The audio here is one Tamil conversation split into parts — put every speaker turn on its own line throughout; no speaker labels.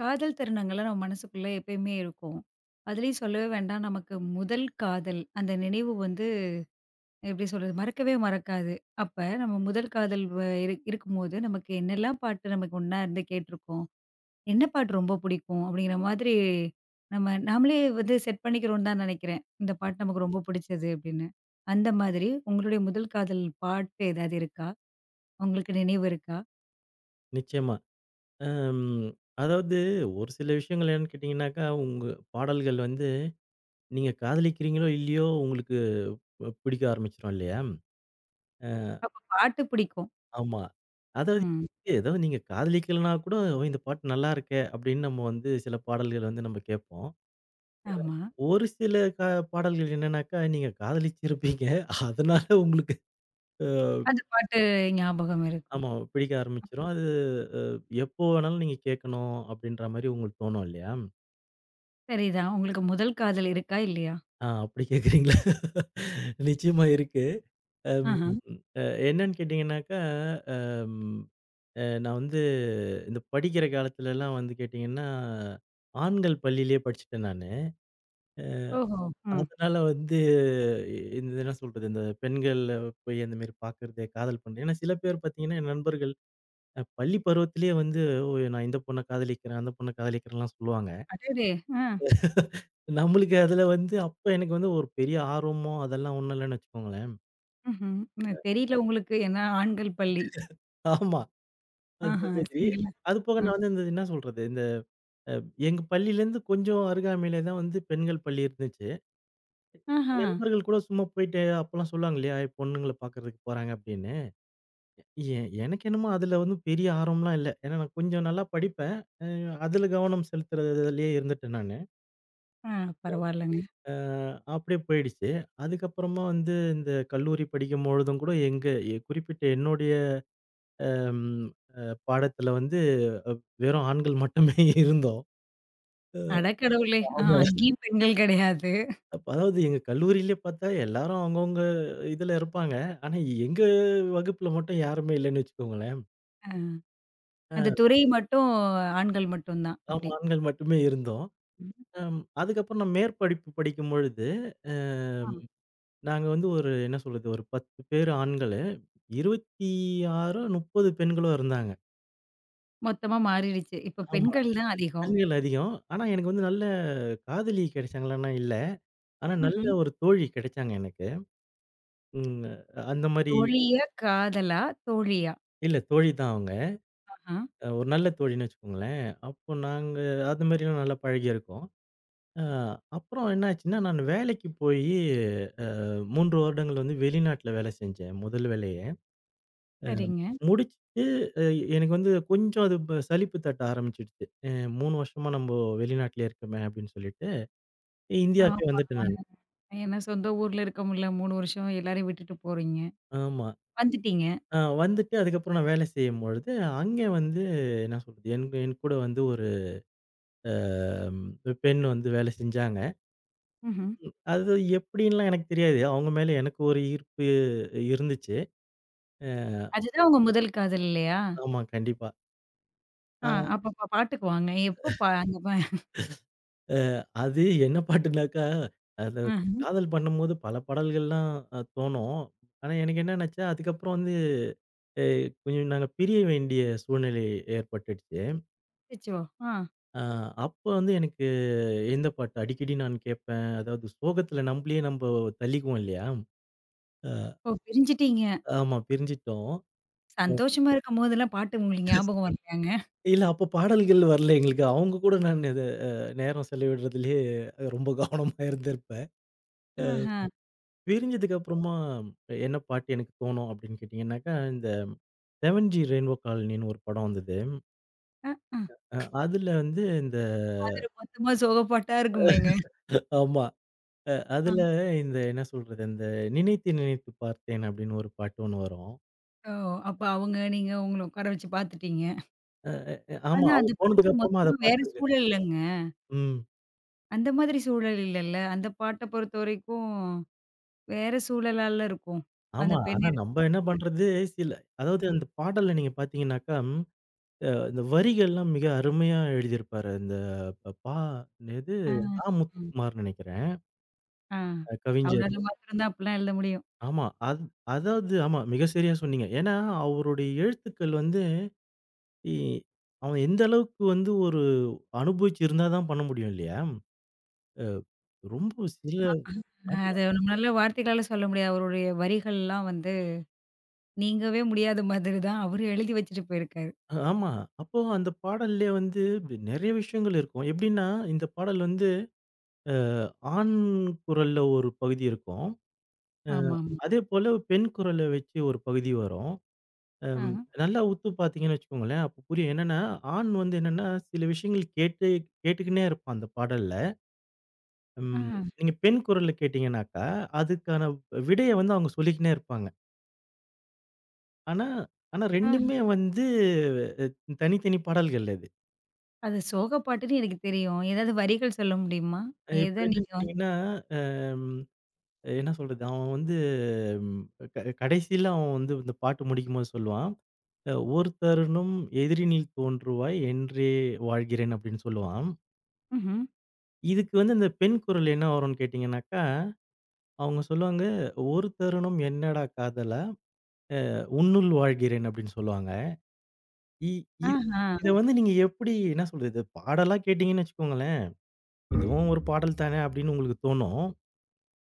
காதல் தருணங்கள்லாம் நம்ம மனசுக்குள்ள எப்பயுமே இருக்கும். அதுலயும் சொல்லவே வேண்டாம். நமக்கு முதல் காதல், அந்த நினைவு வந்து எப்படி சொல்றது? மறக்கவே மறக்காது. அப்ப நம்ம முதல் காதல் வ இரு இருக்கும்போது, நமக்கு என்னெல்லாம் பாட்டு நமக்கு ஒண்ணா இருந்து கேட்டுருக்கோம்? என்ன பாட்டு ரொம்ப பிடிக்கும்? அப்படிங்கிற மாதிரி நம்ம நாமளே வந்து செட் பண்ணிக்கிறோம்னு தான் நெனைக்கிறேன். இந்த பாட்டு நமக்கு ரொம்ப பிடிச்சது அப்படின்னு. அந்த மாதிரி உங்களுடைய முதல் காதல் பாட்டு ஏதாவது இருக்கா? உங்களுக்கு நினைவு இருக்கா?
நிச்சயமா. அம் அதாவது ஒரு சில விஷயங்கள் என்னன்னு கேட்டீங்கன்னாக்கா, உங்க பாடல்கள் வந்து நீங்க காதலிக்கிறீங்களோ! இல்லையோ! உங்களுக்கு பிடிக்க ஆரம்பிச்சுரும் இல்லையா?
அப்ப பாட்டு பிடிக்கும்.
ஆமா. அதாவது
ம்.
ஏதோ நீங்க காதலிக்கலனா கூட "ஓ! இந்த பாட்டு நல்லா இருக்கே!" அப்படின்னு நம்ம வந்து சில பாடல்கள் வந்து நம்ம கேட்போம்.
ஆமா.
ஒரு சில க பாடல்கள் என்னன்னாக்கா, நீங்க காதலிச்சிருப்பீங்க. அதனால உங்களுக்கு அ
அந்த பாட்டு ஞாபகம் இருக்கும்.
ஆமா பிடிக்க ஆரம்பிச்சுரும். அது அ எப்போ வேணாலும் நீங்க கேட்கணும் அப்படின்ற மாரி உங்களுக்கு தோணும் இல்லையா?
சரிதான். உங்களுக்கு முதல் காதல் இருக்கா? இல்லையா?
ஆ அப்படி கேட்குறீங்களா? நிச்சயமா இருக்கு. அம்
ஆஹா.
அ என்னன்னு கேட்டீங்கன்னாக்கா, அம் அ நான் வந்து இந்த படிக்கிற காலத்துலலாம் வந்து கேட்டீங்கன்னா, ஆண்கள் பள்ளியிலேயே படிச்சுட்டேன் நானு.
ஓஹோ! ம்.
அதனால வந்து இந்த என்ன சொல்றது, இந்த பெண்கள் போய் அந்த மாரி பார்க்கறது, காதல் பண்றது. ஏன்னா சில பேர் பார்த்தீங்கன்னா, என் நண்பர்கள் பள்ளி பருவத்திலேயே வந்து, "ஓ! நான் இந்த பொண்ண காதலிக்கிறேன், அந்த பொண்ண காதலிக்கிறேன்லாம்" சொல்லுவாங்க.
அடடே! ஆ.
நம்மளுக்கு அதில வந்து அப்ப எனக்கு வந்து ஒரு பெரிய ஆர்வமோ அதெல்லாம் ஒண்ணும் இல்லன்னு வச்சுக்கோங்களேன்.
ம்ஹ்ம். ம். தெரியல உங்களுக்கு. ஏன்னா ஆண்கள் பள்ளி.
ஆமா. அந்த
ஆஹா.
மாதிரி.
சிங்கிள்.
அது போக
அ.
நான் வந்து இந்த என்ன சொல்றது, இந்த அ எங்க பள்ளியிலேருந்து கொஞ்சம் அருகாமையிலே தான் வந்து பெண்கள் பள்ளி இருந்துச்சு.
ஆஹா.
நண்பர்கள் கூட சும்மா போயிட்டு அப்பலாம் சொல்லுவாங்க இல்லையா, பொண்ணுங்கள பார்க்கறதுக்கு போறாங்க அப்படின்னு. எ எனக்கு என்னமோ அதில வந்து பெரிய ஆர்வம்லாம் இல்ல. ஏன்னா நான் கொஞ்சம் நல்லா படிப்பேன். அ அதில கவனம் செலுத்துறதுலயே இருந்துட்டேன் நானு.
ஆ பரவால்லங்க.
அ அப்படியே போயிடுச்சு. அதுக்கப்புறமா வந்து இந்த கல்லூரி படிக்கும்பொழுதும் கூட எங்க குறிப்பிட்ட என்னுடைய ம் அ பாடத்தில வந்து அ வெறும் ஆண்கள் மட்டுமே இருந்தோம்.
அட கடவுளே! ஆ
ஆமா.
அங்கேயும் பெண்கள் கிடையாது.
அப்ப அதாவது எங்க கல்லூரியிலே பார்த்தா எல்லாரும் அவங்கவங்க இதுல இருப்பாங்க. ஆனா எங்க வகுப்புல மட்டும் யாருமே இல்லன்னு வச்சுக்கோங்களேன்.
அ.
அ
அந்த துறை மட்டும் ஆண்கள் மட்டும் தான்.
ஆமா
அப்படி.
ஆண்கள் மட்டுமே இருந்தோம்.
ம்.
அதுக்கப்புறம் நான் மேற்படிப்பு படிக்கும்பொழுது,
ஆ.
அம் நாங்க வந்து ஒரு என்ன சொல்றது, ஒரு 10 பேர் ஆண்களு, 26 30 பெண்களோ இருந்தாங்க.
மொத்தமா மாறிடுச்சு. இப்ப
ஆமா
பெண்கள் தான் அதிகம்.
பெண்கள் அதிகம். ஆனா எனக்கு வந்து நல்ல காதலி கிடைச்சாங்களான்னா இல்ல. ஆனா நல்ல
ம்ஹ்ம்.
ஒரு தோழி கிடைச்சாங்க எனக்கு. ம் அந்த மாரி
தோழியா? காதலா? தோழியா?
இல்ல தோழி தான் அவங்க.
ஆஹா.
ஒரு நல்ல தோழின்னு வச்சுக்கோங்களேன். அப்போ நாங்க அது மாதிரிலாம் நல்லா பழகியிருக்கோம். அ அப்புறம் என்ன ஆச்சுன்னா, நான் வேலைக்கு போயி 3 வருடங்கள் வந்து வெளிநாட்ல வேலை செஞ்சேன். முதல் வேலையே. அ
சரிங்க.
முடிச்சுட்டு அ எனக்கு வந்து கொஞ்சம் அது சலிப்பு தட்ட ஆரம்பிச்சுடுச்சு. 3 வருஷமா நம்போ வெளிநாட்லயே இருக்கோமே அப்படின்னு சொல்லிட்டு, இந்தியாவுக்கே
ஆமா.
வந்துட்டேன் நானு.
ஏன்னா சொந்த ஊர்ல இருக்க முடியல. 3 வருஷம் எல்லாரையும் விட்டுட்டு போறீங்க.
ஆமா.
வந்துட்டீங்க.
வந்துட்டு அதுக்கப்புறம் நான் வேலை செய்யும்பொழுது, அங்கே வந்து என்ன சொல்றது, என் என் கூட வந்து ஒரு அ பெண் வந்து வேலை செஞ்சாங்க.
ம்ஹ்ம்.
அது எப்படின்லாம் எனக்கு தெரியாது. அவங்க மேல எனக்கு ஒரு ஈர்ப்பு இருந்துச்சு. அ
அதுதான் உங்க முதல் காதல் இல்லையா?
ஆமா கண்டிப்பா.
ஆ
அ
அப்ப பாட்டுக்கு வாங்க. எப்போ பா அந்த ப
அ அது என்ன பாட்டுனாக்கா, அது
அ
காதல் பண்ணும்போது பல பாடல்கள்லாம் தோணும். ஆனா எனக்கு என்ன ஆனுச்சா, அதுக்கப்புறம் வந்து அ கொஞ்சம் நாங்க பிரிய வேண்டிய சூழ்நிலை ஏற்பட்டுடுச்சு.
அச்சச்சோ! ஆ
அ அப்போ வந்து எனக்கு எந்த பாட்டு அடிக்கடி நான் கேட்பேன். அதாவது சோகத்துல நம்மளயே நம்ப தள்ளிக்குவோம் இல்லையா? அ
ஓ பிரிஞ்சுட்டீங்க.
ஆமா பிரிஞ்சுட்டோம்.
சந்தோஷமா இருக்கும்போதெல்லாம் பாட்டு உங்களுக்கு ஞாபகம் வரலையாங்க?
இல்ல அப்ப பாடல்கள் வரல எங்களுக்கு. அவங்க கூட நான் இது அ நேரம் செலவிடுறதிலயே ரொம்ப கவனமா இருந்திருப்பேன். அ
ஆஹா.
பிரிஞ்சதுக்கு அப்புறமா என்ன பாட்டு எனக்கு தோணும் அப்படின்னு கேட்டீங்கன்னாக்கா, இந்த 'செவன் ஜி ரெயின்போ காலனின்னு' ஒரு படம் வந்தது.
அ, அ.
அ அதுல வந்து இந்த
அதுல மொத்தமா சோக பாட்டா இருக்குமேங்க.
ஆமா.
ஆ.
அதுல இந்த என்ன சொல்றது, அந்த 'நினைத்து நினைத்து பார்த்தேன்' அப்படின்னு ஒரு பாட்டு ஒண்ணு வரும்.
ஓ! அப்ப அவங்க நீங்க உங்கள உட்கார வச்சு பார்த்துட்டீங்க.
ஆமா.
ஆனா
அவங்க
அந்த படத்துல
போனதுக்கு அப்புறமா
மொத்தமா
அத
வேற
பார்த்துருக்கேன்.
சூழல்லங்க.
ம்.
அந்த மாதிரி சூழல் இல்லல்ல. அந்த பாட்ட பொறுத்தவரைக்கும் வேற சூழலால இருக்கும். அந்த
ஆமா.
பெண்
ஆனா
இருக்கும்.
நம்ப என்ன பண்றது, சில அதாவது அந்த பாடல்ல நீங்க பார்த்தீங்கன்னாக்கா இந்த வரிகள்லாம் மிக அருமையா எழுதியிருப்பாரு. இந்த ப பா என்னது
ஆ,
நா.
ம்.
முத்துக்குமார்ன்னு நெனைக்கிறேன்.
ஆ.
கவிஞர்.
அவரால மாத்திரம் தான் அப்படிலாம் எழுத முடியும்.
ஆமா. அதாவது ஆமா மிக சரியா சொன்னீங்க. ஏன்னா, அவருடைய எழுத்துக்கள் வந்து இ அவன் எந்த அளவுக்கு வந்து ஒரு அனுபவிச்சு இருந்தா தான் பண்ண முடியும் இல்லையா? அ ரொம்ப சில
அ
ஆமா,
அது நம்மளால வார்த்தைகளால சொல்ல முடியாது. அவருடைய வரிகள்லாம் வந்து நீங்கவே முடியாத மாதிரி தான் அவரு எழுதி வச்சுட்டு போயிருக்காரு.
ஆமா. அப்போ அந்த பாடல்லே வந்து நெறைய விஷயங்கள் இருக்கும். எப்படின்னா, இந்த பாடல் வந்து அ ஆண் குரல்ல ஒரு பகுதி இருக்கும். அ
ஆமாமா.
அதேபோல பெண் குரல வச்சு ஒரு பகுதி வரும்.
ஆ,
அம் நல்லா உத்து பார்த்தீங்கன்னு வச்சுக்கோங்களேன். அப்ப புரியும். என்னன்னா, ஆண் வந்து என்னன்னா, சில விஷயங்கள் கேட்டு கேட்டுக்கின்னே இருப்பான் அந்த பாடல்ல.
ஆ,
ம் நீங்க பெண் குரல்ல கேட்டீங்கன்னாக்கா, அதுக்கான விடைய வந்து அவங்க சொல்லிக்கின்னே இருப்பாங்க. ஆனா ஆனா
ஆ.
2மே வந்து அ தனித்தனி பாடல்கள் அது.
அது சோக பாட்டுன்னு எனக்கு தெரியும். ஏதாவது வரிகள் சொல்ல முடியுமா?
இப்ப என்னன்னு
நீங்க
கேட்டீங்கன்னா, அம் என்ன சொல்றது? அவன் வந்து ம் க கடைசியில அவன் வந்து இந்த பாட்டு முடிக்கும்போது சொல்லுவான். "ஒரு தருணம் எதிரினில் தோன்றுவாய் என்றே வாழ்கிறேன்" அப்படின்னு சொல்லுவான்.
ம்ஹ்ம்.
இதுக்கு வந்து இந்த பெண் குரல் என்ன வரும்னு கேட்டீங்கன்னாக்கா, அவங்க சொல்லுவாங்க, "ஒரு தருணம் என்னடா காதலா, உன்னுள் வாழ்கிறேன்" அப்படின்னு சொல்லுவாங்க. இ இ
ஆஹா.
இத வந்து நீங்க எப்படி என்ன சொல்றது? இது பாடலா கேட்டீங்கன்னு வச்சுக்கோங்களேன், இதுவும் ஒரு பாடல் தானே அப்படின்னு உங்களுக்கு தோணும்.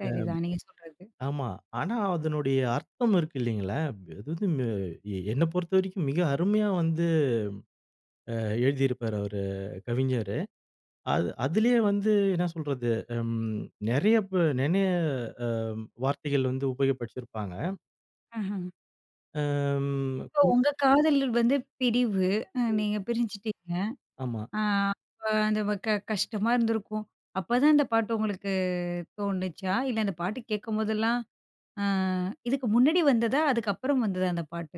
சரிதான் நீங்க சொல்றது.
ஆமா. ஆனா அதனுடைய அர்த்தம் இருக்கு இல்லைங்களா? அது வந்து ம எ என்ன பொறுத்தவரைக்கும் மிக அருமையா வந்து எழுதியிருப்பாரு அவரு கவிஞரு. அதிலேயே வந்து என்ன சொல்றது? ம் நெறைய ப நெறைய அ வார்த்தைகள் வந்து உபயோகப்படுத்தியிருப்பாங்க.
ஆஹா.
ம்.
இப்போ
ம்.
உங்க காதல் வந்து பிரிவு. அ நீங்க பிரிஞ்சுட்டீங்க.
ஆமா.
ஆ அப்ப அந்த வ க கஷ்டமா இருந்திருக்கும். அப்பதான் இந்த பாட்டு உங்களுக்கு தோணுச்சா? இல்ல அந்த பாட்டு கேட்கும்போதெல்லாம் அ இதுக்கு முன்னாடி வந்ததா? அதுக்கப்புறம் வந்ததா அந்த பாட்டு?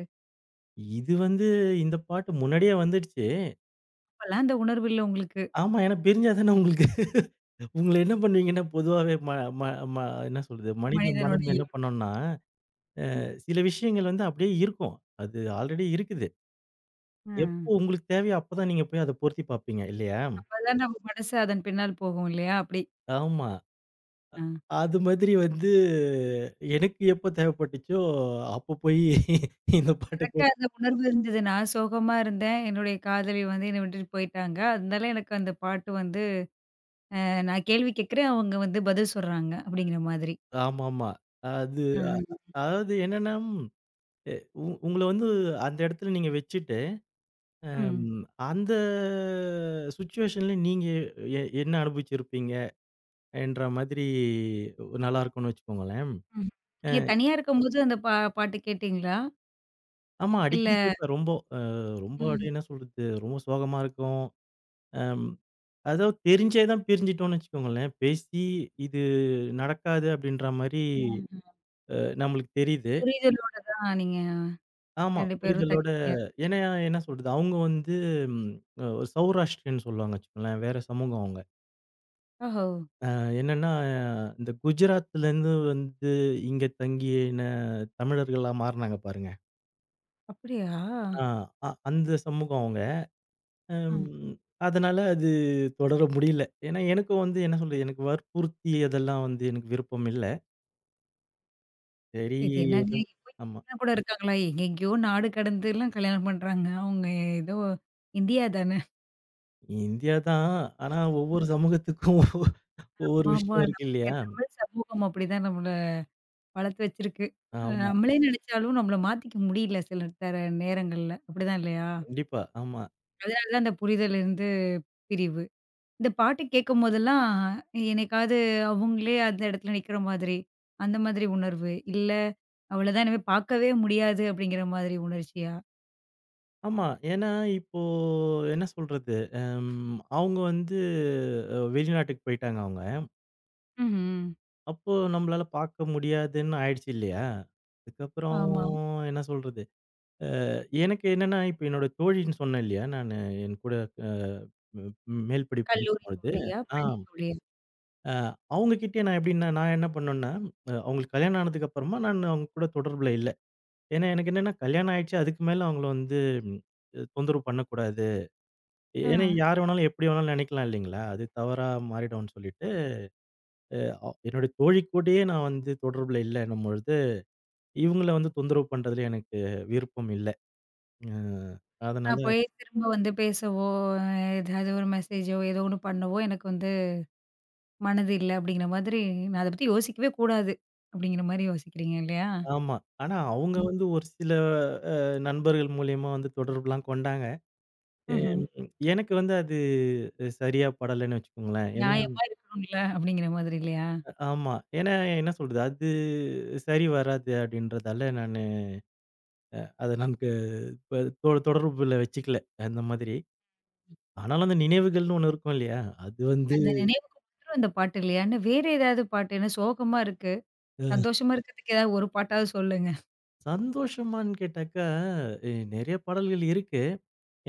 இது வந்து இந்த பாட்டு முன்னாடியே வந்துடுச்சு.
அப்பலாம் அந்த உணர்வு இல்ல உங்களுக்கு.
ஆமா. ஏன்னா பிரிஞ்சா தானே உங்களுக்கு உங்கள என்ன பண்ணுவீங்கன்னா, பொதுவாவே ம ம ம என்ன சொல்றது? மனித
மனிதனோட
மனம் என்ன
இயல்பு.
பண்ணும்னா, சில விஷயங்கள் வந்து அப்படியே இருக்கும். அது ஆல்ரெடி இருக்குது.
ஆ.
எப்போ உங்களுக்கு தேவையோ அப்பதான் நீங்க போய் அத பொருத்தி பார்ப்பீங்க இல்லையா?
அப்பதான் நம்ம மனசு அதன் பின்னால் போகும் இல்லையா? அப்படி.
ஆமா.
ஆ.
அது மாதிரி வந்து எனக்கு எப்போ தேவைப்பட்டுச்சோ, அப்போ போய் இந்த பாட்ட
எனக்கு
கேட்டு
அந்த உணர்வு இருந்தது. நான் சோகமா இருந்தேன். என்னுடைய காதலி வந்து என்ன விட்டுட்டு போயிட்டாங்க. அதனால எனக்கு அந்த பாட்டு வந்து அ நான் கேள்வி கேட்கிறேன். அவங்க வந்து பதில் சொல்றாங்க. அப்படிங்கிற மாதிரி.
ஆமாமா. அது
ஆஹ.
அதாவது என்னன்னா, எ உ உங்கள வந்து அந்த இடத்துல நீங்க வச்சுட்டு அம்
ம்.
அந்த சிச்சுவேஷன்ல நீங்க என்ன அனுபவிச்சிருப்பீங்க என்ற மாதிரி நல்லா இருக்கும்னு வச்சுக்கோங்களேன்.
ம்.
அ
நீங்க தனியா இருக்கும்போது அந்த பாட்டு கேட்டீங்களா?
ஆமா
இல்ல
அடிக்கடி கேட்பேன். அ ரொம்ப
ம்.
அப்படியே என்ன சொல்றது? ரொம்ப சோகமா இருக்கும். அம் அதாவது தெரிஞ்சே தான் பிரிஞ்சுட்டோம்னு வச்சுக்கோங்களேன். பேசி இது நடக்காது அப்படின்ற மாரி
ம்.
அ நம்மளுக்கு தெரியுது.
புரிதலோட தான் நீங்க
ஆமா
2 பேரும்
புரிதலோட
தனித்தனியா
ஏன்னா என்ன சொல்றது? அவங்க வந்து ம் ஒரு சௌராஷ்டிரியன்னு சொல்லுவாங்க வச்சுக்கோங்களேன். வேற சமூகம் அவங்க.
ஓஹோ!
என்னன்னா, இந்த குஜராத்லருந்து வந்து இங்க தங்கின தமிழர்களா மாறுனாங்க பாருங்க.
அப்படியா?
ஆ அந்த சமூகம் அவங்க.
ஆ.
ம் அதனால அது தொடர முடியல. ஏன்னா எனக்கும் வந்து என்ன சொல்றது, எனக்கு வற்புறுத்தி அதெல்லாம் வந்து எனக்கு விருப்பம் இல்ல. சரி
இது என்னங்க
எதும்
இப்போ
ஆமா.
இப்படிலாம் கூட இருக்காங்களா? எங்கெங்கேயோ நாடு கடந்துலாம் கல்யாணம் பண்றாங்க. அவங்க ஏதோ இந்தியா தானே.
இந்தியா தான். ஆனா ஒவ்வொரு சமூகத்துக்கும் ஒவ்வொரு ஒவ்வொரு
ஆமா
விஷயம் இருக்கு
நமக்கு
இல்லையா?
தமிழ் சமூகம் அப்படிதான் நம்மள வளர்த்து வச்சிருக்கு. அ
ஆமா.
நம்மளே நினைச்சாலும் நம்மள மாத்திக்க முடியல சில தர நேரங்கள்ல. அப்படிதான் இல்லையா?
கண்டிப்பா. ஆமா.
அதனால தான் அந்த புரிதல் இருந்து பிரிவு. இந்த பாட்டு கேட்கும்போதெல்லாம் என்னைக்காவது அவங்களே அந்த இடத்துல நிக்கிற மாதிரி, அந்த மாதிரி உணர்வு. இல்ல அவ்வளதான் இனிமே பார்க்கவே முடியாது அப்படிங்கிற மாதிரி உணர்ச்சியா?
ஆமா. ஏன்னா இப்போ என்ன சொல்றது, அவங்க வந்து வெளிநாட்டுக்கு போயிட்டாங்க அவங்க.
ம்ஹ்ம்.
அப்போ நம்மளால பார்க்க முடியாதுன்னு ஆயிடுச்சு இல்லையா? அதுக்கப்புறம்
ஆமா.
என்ன சொல்றது? எனக்கு என்னன்னா, இப்ப என்னோட தோழின்னு சொன்னேன் இல்லையா? நானு என் கூட அ ம் மேல் படிப்பு
கல்லூரி
முடிக்கும்பொழுது,
தோழியா?
ஆ
பள்ளி தோழியா?
அ அவங்க கிட்டயே நான் எப்படின்னா, நான் என்ன பண்ணேன்னா, அவங்களுக்கு கல்யாணம் ஆனதுக்கு அப்புறமா நான் அவங்க கூட தொடர்புல இல்ல. ஏன்னா எனக்கு என்னன்னா கல்யாணம் ஆயிடுச்சு. அதுக்கு மேல அவங்கள வந்து ம், தொந்தரவு பண்ணக்கூடாது.
ஆ.
ஏன்னா யார் வேணாலும் எப்படி வேணாலும் நினைக்கலாம் இல்லைங்களா? அது தவறா மாறிடும்னு சொல்லிட்டு, என்னுடைய தோழி கூடயே நான் வந்து தொடர்புல இல்லன்னும் பொழுது இவங்கள வந்து தொந்தரவு பண்றதுல எனக்கு விருப்பம் இல்ல. அ அதனால
நான் போய் திரும்ப வந்து பேசவோ, ஏதாவது ஒரு மெசேஜோ, ஏதோ ஒண்ணு பண்ணவோ எனக்கு வந்து மனது இல்ல அப்படிங்கிற மாதிரி, நான் அத பத்தி யோசிக்கவே கூடாது. அப்படிங்கிற மாரி யோசிக்கிறீங்க இல்லையா?
ஆமா. ஆனா அவங்க
ம்.
வந்து ஒரு சில அ நண்பர்கள் மூலியமா வந்து தொடர்புலாம் கொண்டாங்க.
ம்ஹ்ம்.
எம் எனக்கு வந்து அது சரியா படலன்னு வச்சுக்கோங்களேன். ஏன்னா
நியாயமா இருக்கணும்ல அப்படிங்கிற மாதிரி இல்லையா?
ஆமா. ஏன்னா என்ன சொல்றது, சரி வராது அப்படின்றதால நானு அத நான் க ப தொ தொடர்புல வச்சுக்கல, அந்த மாதிரி. ஆனாலும் அந்த நினைவுகள்னு ஒண்ணு இருக்கும் இல்லையா? அது வந்து
அந்த நினைவுக்கு மட்டும் இந்த பாட்டு இல்லையான்னு வேற ஏதாவது பாட்டு என்ன சோகமா இருக்கு.
அ
சந்தோஷமா இருக்கிறதுக்கு ஏதாவது ஒரு பாட்டாவது சொல்லுங்க.
சந்தோஷமான்னு கேட்டாக்கா, நெறைய பாடல்கள் இருக்கு.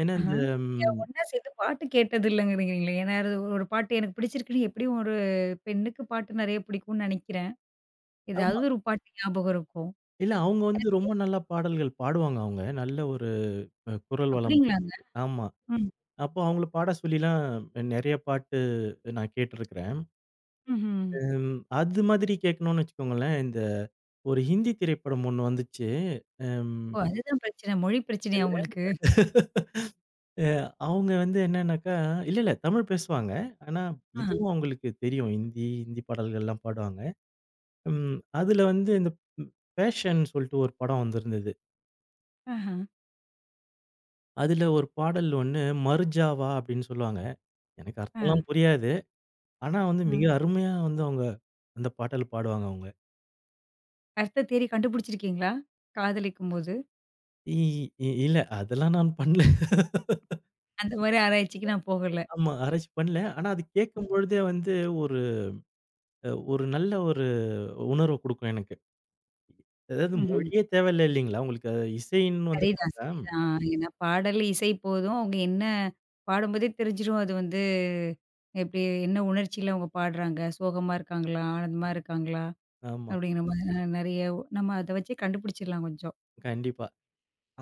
ஏன்னா
ஆஹா.
இந்த
நீங்க
ம்.
ஒண்ணா சேர்ந்து பாட்டு கேட்டது இல்லங்கிறீங்களே. ஏன்னா அது ஒரு பாட்டு எனக்கு பிடிச்சிருக்குன்னு எப்படியும் ஒரு பெண்ணுக்கு பாட்டு நெறைய பிடிக்கும்னு நெனைக்கிறேன். ஏதாவது ஒரு பாட்டு ஞாபகம் இருக்கும்.
இல்ல, அவங்க வந்து ரொம்ப நல்லா பாடல்கள் பாடுவாங்க அவங்க. நல்ல ஒரு குரல் வளம்
அப்டிங்களாங்க?
அவங்களுக்கு. ஆமா.
ம்.
அப்போ அவங்கள பாட சொல்லிலாம் நெறைய பாட்டு நான் கேட்டுருக்கிறேன்.
ம்ஹ்ம்.
அது மாதிரி கேட்கணும்னு வச்சுக்கோங்களேன், இந்த ஒரு ஹிந்தி திரைப்படம் ஒண்ணு வந்துச்சு. ம்
ஓ! அதுதான் பிரச்சனை. மொழி பிரச்சனையா உங்களுக்கு?
அ அவங்க வந்து என்னன்னாக்கா இல்ல தமிழ் பேசுவாங்க. ஆனா
ஆ.
இதுவும் அவங்களுக்கு தெரியும். ஹிந்தி பாடல்கள்லாம் பாடுவாங்க. ம். அதுல வந்து இந்த ம் பேஷன் சொல்ட்டு ஒரு படம் வந்திருந்தது.
ஆஹா.
அதுல ஒரு பாடல் ஒண்ணு, மருஜாவா அப்படின்னு சொல்லுவாங்க. எனக்கு
ஆ,
அர்த்தம்லாம் புரியாது. ஆனா வந்து
ஆ.
மிக அருமையா வந்து அவங்க அந்த பாடல் பாடுவாங்க அவங்க.
அர்த்தம் தேடி கண்டுபிடிச்சிருக்கீங்களா? காதலிக்கும்போது?
இ இ இல்ல அதெல்லாம் நான் பண்ணல.
அந்த மாரி ஆராய்ச்சிக்கு நான் போகல.
ஆமா ஆராய்ச்சி பண்ணல. ஆனா அது
ம்.
கேட்கும்பொழுதே வந்து ஒரு ஒரு நல்ல ஒரு உணர்வ குடுக்கும் எனக்கு. அதாவது
ம்ஹ்ம்.
மொழியே தேவையில்ல இல்லீங்களா? உங்களுக்கு அது இசைன்னு
சரிதான்,
வந்துட்டாக்கா
சரிதான். ஏன்னா பாடல், இசை போதும். அவங்க என்ன பாடும்போதே தெரிஞ்சிரும். அது வந்து எப்டி என்ன உணர்ச்சியில அவங்க பாடுறாங்க? சோகமா இருக்காங்களா? ஆனந்தமா இருக்காங்களா?
ஆமா,
அப்டிங்கிற மாரி நெறைய நம்ம அத வச்சே கண்டுபிடிச்சிடலாம் கொஞ்சம்.
கண்டிப்பா.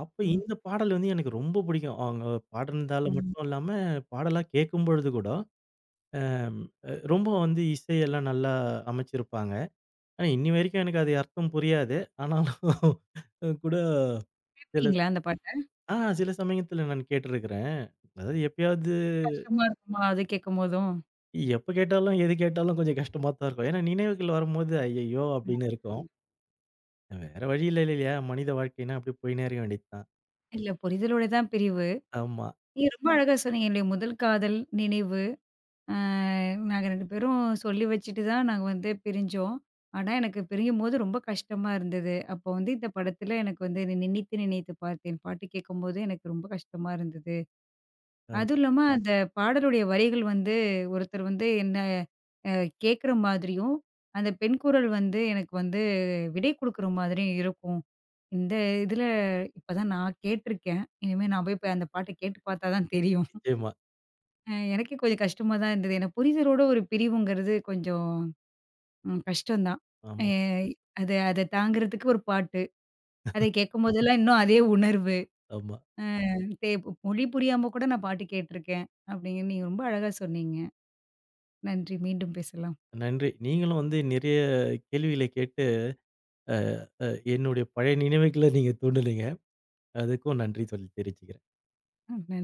அப்ப
ம்.
இந்த பாடல் வந்து எனக்கு ரொம்ப பிடிக்கும். அவங்க பாடுனதால
ம்.
மட்டும் இல்லாம, பாடலா கேட்கும்பொழுது கூட அம் அ ரொம்ப வந்து இசையெல்லாம் நல்லா அமைச்சிருப்பாங்க. ஆனா, இன்னி வரைக்கும் எனக்கு அது அர்த்தம் புரியாது. ஆனாலும் கூட சில
கேட்பீங்களா அந்த பாட்டு?
சில சமயத்தில நான் கேட்டிருக்கிறேன். அதாவது எப்பயாவது
கஷ்டமா இருக்குமா? அது கேட்கும்போதும்?
எப்ப கேட்டாலும், எது கேட்டாலும் கொஞ்சம் கஷ்டமா தான் இருக்கும். ஏன்னா நினைவுகள் வரும்போது "ஐயய்யோ!" அப்படின்னு இருக்கும்.
ம்.
வேற வழி இல்ல இல்லையா? மனித வாழ்க்கைன்னா அப்படி போயின்னே இருக்க வேண்டியது தான்.
இல்ல புரிதலோட தான் பிரிவு.
ஆமா,
நீங்க ரொம்ப அழகா சொன்னீங்க. என்னுடைய முதல் காதல் நினைவு. அ நாங்க 2 பேரும் சொல்லி வச்சுட்டு தான் நாங்க வந்து பிரிஞ்சோம். ஆனா, எனக்கு பிரியும்போது ரொம்ப கஷ்டமா இருந்தது. அப்போ வந்து இந்த படத்துல எனக்கு வந்து நினைத்து நினைத்து பார்த்தேன் பாட்டு கேட்கும்போது எனக்கு ரொம்ப கஷ்டமா இருந்தது.
ஆமா.
அதுவும் இல்லாம அந்த பாடலுடைய வரிகள் வந்து ஒருத்தர் வந்து என்ன அ கேட்குற மாதிரியும், அந்த பெண் குரல் வந்து எனக்கு வந்து விடை குடுக்குற மாதிரியும் இருக்கும். இந்த இதுல இப்பதான் நான் கேட்டுருக்கேன். இனிமே நான் போய் போய் அந்த பாட்ட கேட்டு பார்த்தா தான் தெரியும்.
நிச்சயமா.
அ எனக்கே கொஞ்சம் கஷ்டமா தான் இருந்தது. ஏன்னா புரிதலோட ஒரு பிரிவுங்கிறது கொஞ்சம் ம் கஷ்டம் தான். அ
ஆமா,
அது அத தாங்குறதுக்கு ஒரு பாட்டு. அதை கேட்கும்போதெல்லாம் இன்னும் அதே உணர்வு.
ஆமா.
தே மொழி புரியாம கூட நான் பாட்டு கேட்டுருக்கேன். அப்டிங்கன்னு நீங்க ரொம்ப அழகா சொன்னீங்க. நன்றி. மீண்டும் பேசலாம்.
நன்றி. நீங்களும் வந்து நிறைய கேள்விகளை கேட்டு, அ அ என்னுடைய பழைய நினைவுகள நீங்க தூண்டுனீங்க. அதுக்கும் நன்றி சொல்லி தெரிவிச்சுக்கிறேன்.
ம்.